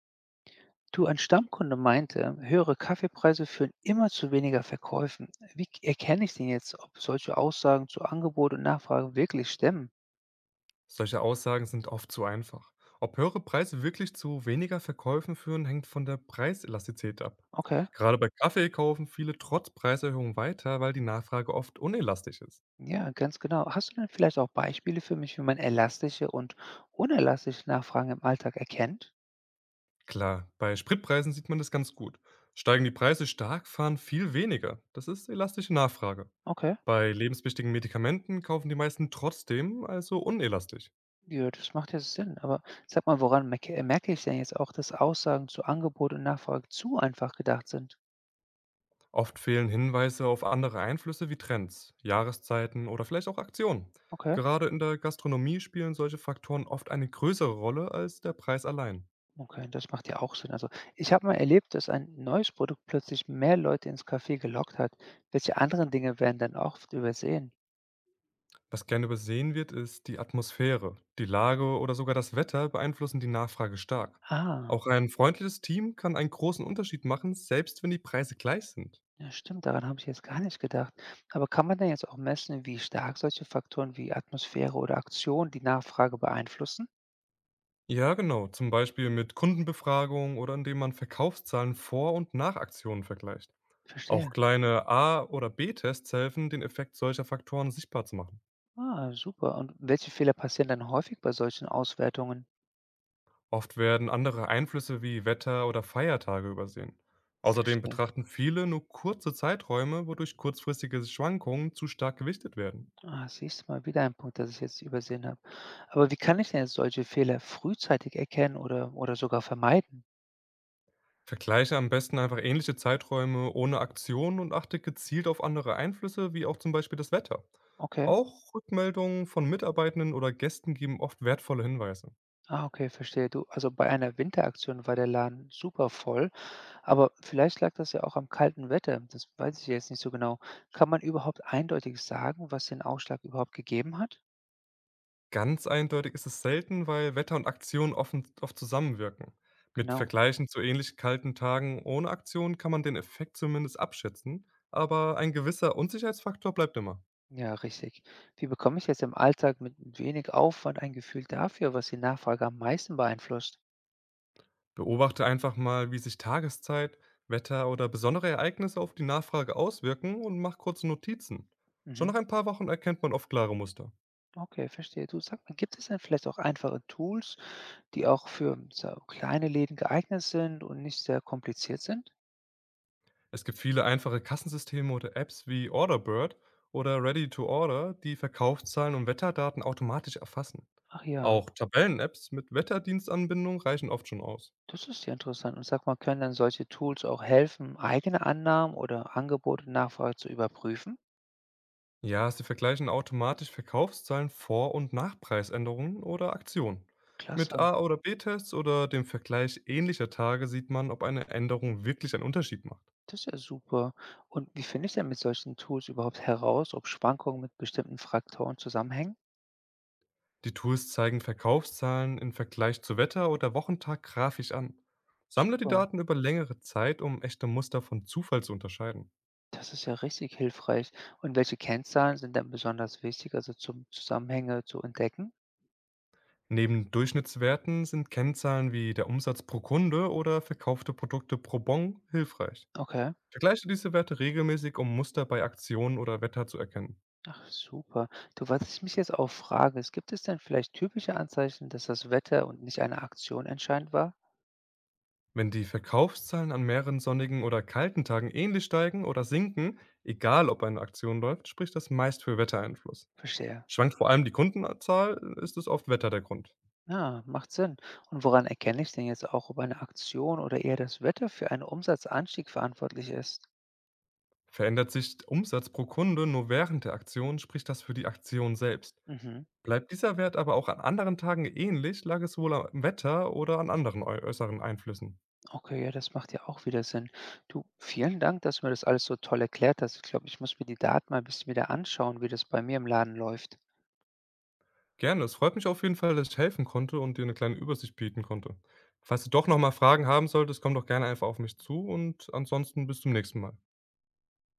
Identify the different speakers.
Speaker 1: Du, ein Stammkunde meinte, höhere Kaffeepreise führen immer zu weniger Verkäufen. Erkenne ich denn jetzt, ob solche Aussagen zu Angebot und Nachfrage wirklich stimmen?
Speaker 2: Solche Aussagen sind oft zu einfach. Ob höhere Preise wirklich zu weniger Verkäufen führen, hängt von der Preiselastizität ab.
Speaker 1: Okay,
Speaker 2: Gerade bei Kaffee kaufen viele trotz Preiserhöhung weiter, weil die Nachfrage oft unelastisch ist.
Speaker 1: ja, ganz genau. Hast du denn vielleicht auch Beispiele für mich, wie man elastische und unelastische Nachfragen im Alltag erkennt?
Speaker 2: Klar, bei Spritpreisen sieht man das ganz gut. Steigen die Preise stark, fahren viel weniger. Das ist elastische Nachfrage.
Speaker 1: Okay,
Speaker 2: Bei lebenswichtigen Medikamenten kaufen die meisten trotzdem, also unelastisch.
Speaker 1: ja, das macht ja Sinn. Aber sag mal, woran merke ich denn jetzt auch, dass Aussagen zu Angebot und Nachfrage zu einfach gedacht sind?
Speaker 2: Oft fehlen Hinweise auf andere Einflüsse wie Trends, Jahreszeiten oder vielleicht auch Aktionen.
Speaker 1: Okay.
Speaker 2: Gerade in der Gastronomie spielen solche Faktoren oft eine größere Rolle als der Preis allein.
Speaker 1: Okay, das macht ja auch Sinn. Also, ich habe mal erlebt, dass ein neues Produkt plötzlich mehr Leute ins Café gelockt hat. Welche anderen Dinge werden dann oft übersehen?
Speaker 2: Was gerne übersehen wird, ist die Atmosphäre. Die Lage oder sogar das Wetter beeinflussen die Nachfrage stark.
Speaker 1: Ah,
Speaker 2: Auch ein freundliches Team kann einen großen Unterschied machen, selbst wenn die Preise gleich sind.
Speaker 1: ja, stimmt, daran habe ich jetzt gar nicht gedacht. Aber kann man denn jetzt auch messen, wie stark solche Faktoren wie Atmosphäre oder Aktion die Nachfrage beeinflussen?
Speaker 2: Ja, genau, zum Beispiel mit Kundenbefragungen oder indem man Verkaufszahlen vor und nach Aktionen vergleicht. Auch
Speaker 1: Verstehe.
Speaker 2: kleine A- oder B-Tests helfen, den Effekt solcher Faktoren sichtbar zu machen.
Speaker 1: Ah, super. Und welche Fehler passieren dann häufig bei solchen Auswertungen?
Speaker 2: Oft werden andere Einflüsse wie Wetter oder Feiertage übersehen. Außerdem
Speaker 1: Verstehe.
Speaker 2: betrachten viele nur kurze Zeiträume, wodurch kurzfristige Schwankungen zu stark gewichtet werden.
Speaker 1: Ah, siehst du, mal wieder einen Punkt, das ich jetzt übersehen habe. Aber wie kann ich denn jetzt solche Fehler frühzeitig erkennen oder sogar vermeiden?
Speaker 2: Vergleiche am besten einfach ähnliche Zeiträume ohne Aktion und achte gezielt auf andere Einflüsse, wie auch zum Beispiel das Wetter.
Speaker 1: Okay.
Speaker 2: Auch Rückmeldungen von Mitarbeitenden oder Gästen geben oft wertvolle Hinweise.
Speaker 1: Ah, okay, verstehe. Du, also bei einer Winteraktion war der Laden super voll, aber vielleicht lag das ja auch am kalten Wetter. Das weiß ich jetzt nicht so genau. Kann man überhaupt eindeutig sagen, was den Ausschlag überhaupt gegeben hat?
Speaker 2: Ganz eindeutig ist es selten, weil Wetter und Aktion offen, oft zusammenwirken. Mit
Speaker 1: Genau.
Speaker 2: Vergleichen zu ähnlich kalten Tagen ohne Aktion kann man den Effekt zumindest abschätzen, aber ein gewisser Unsicherheitsfaktor bleibt immer.
Speaker 1: Ja, richtig. Wie bekomme ich jetzt im Alltag mit wenig Aufwand ein Gefühl dafür, was die Nachfrage am meisten beeinflusst?
Speaker 2: Beobachte einfach mal, wie sich Tageszeit, Wetter oder besondere Ereignisse auf die Nachfrage auswirken und mach kurze Notizen. Schon
Speaker 1: Mhm.
Speaker 2: nach ein paar Wochen erkennt man oft klare Muster.
Speaker 1: Okay, verstehe. Du, sag mal, gibt es denn vielleicht auch einfache Tools, die auch für so kleine Läden geeignet sind und nicht sehr kompliziert sind?
Speaker 2: Es gibt viele einfache Kassensysteme oder Apps wie Orderbird oder Ready to Order, die Verkaufszahlen und Wetterdaten automatisch erfassen.
Speaker 1: Ach ja.
Speaker 2: Auch Tabellen-Apps mit Wetterdienstanbindung reichen oft schon aus.
Speaker 1: Das ist ja interessant. Und sag mal, können dann solche Tools auch helfen, eigene Annahmen oder Angebote und Nachfrage zu überprüfen?
Speaker 2: Ja, sie vergleichen automatisch Verkaufszahlen vor und nach Preisänderungen oder Aktionen. Mit
Speaker 1: Klasse,
Speaker 2: A- oder B-Tests oder dem Vergleich ähnlicher Tage sieht man, ob eine Änderung wirklich einen Unterschied macht.
Speaker 1: das ist ja super. Und wie finde ich denn mit solchen Tools überhaupt heraus, ob Schwankungen mit bestimmten Faktoren zusammenhängen?
Speaker 2: Die Tools zeigen Verkaufszahlen im Vergleich zu Wetter oder Wochentag grafisch an. Sammle die
Speaker 1: Super,
Speaker 2: Daten über längere Zeit, um echte Muster von Zufall zu unterscheiden.
Speaker 1: das ist ja richtig hilfreich. Und welche Kennzahlen sind dann besonders wichtig, also zum Zusammenhänge zu entdecken?
Speaker 2: Neben Durchschnittswerten sind Kennzahlen wie der Umsatz pro Kunde oder verkaufte Produkte pro Bon hilfreich.
Speaker 1: Okay,
Speaker 2: Vergleiche diese Werte regelmäßig, um Muster bei Aktionen oder Wetter zu erkennen.
Speaker 1: ach super. Du, was ich mich jetzt auch frage, ist, gibt es denn vielleicht typische Anzeichen, dass das Wetter und nicht eine Aktion entscheidend war?
Speaker 2: Wenn die Verkaufszahlen an mehreren sonnigen oder kalten Tagen ähnlich steigen oder sinken, egal ob eine Aktion läuft, spricht das meist für Wettereinfluss.
Speaker 1: Verstehe.
Speaker 2: Schwankt vor allem die Kundenzahl, ist es oft Wetter der Grund.
Speaker 1: Ja, macht Sinn. Und woran erkenne ich denn jetzt auch, ob eine Aktion oder eher das Wetter für einen Umsatzanstieg verantwortlich ist?
Speaker 2: Verändert sich Umsatz pro Kunde nur während der Aktion, spricht das für die Aktion selbst.
Speaker 1: Mhm.
Speaker 2: Bleibt dieser Wert aber auch an anderen Tagen ähnlich, lag es wohl am Wetter oder an anderen äußeren Einflüssen.
Speaker 1: Okay, ja, das macht ja auch wieder Sinn. Du, vielen Dank, dass du mir das alles so toll erklärt hast. Ich glaube, ich muss mir die Daten mal ein bisschen wieder anschauen, wie das bei mir im Laden läuft.
Speaker 2: Gerne, es freut mich auf jeden Fall, dass ich helfen konnte und dir eine kleine Übersicht bieten konnte. Falls du doch noch mal Fragen haben solltest, komm doch gerne einfach auf mich zu und ansonsten bis zum nächsten Mal.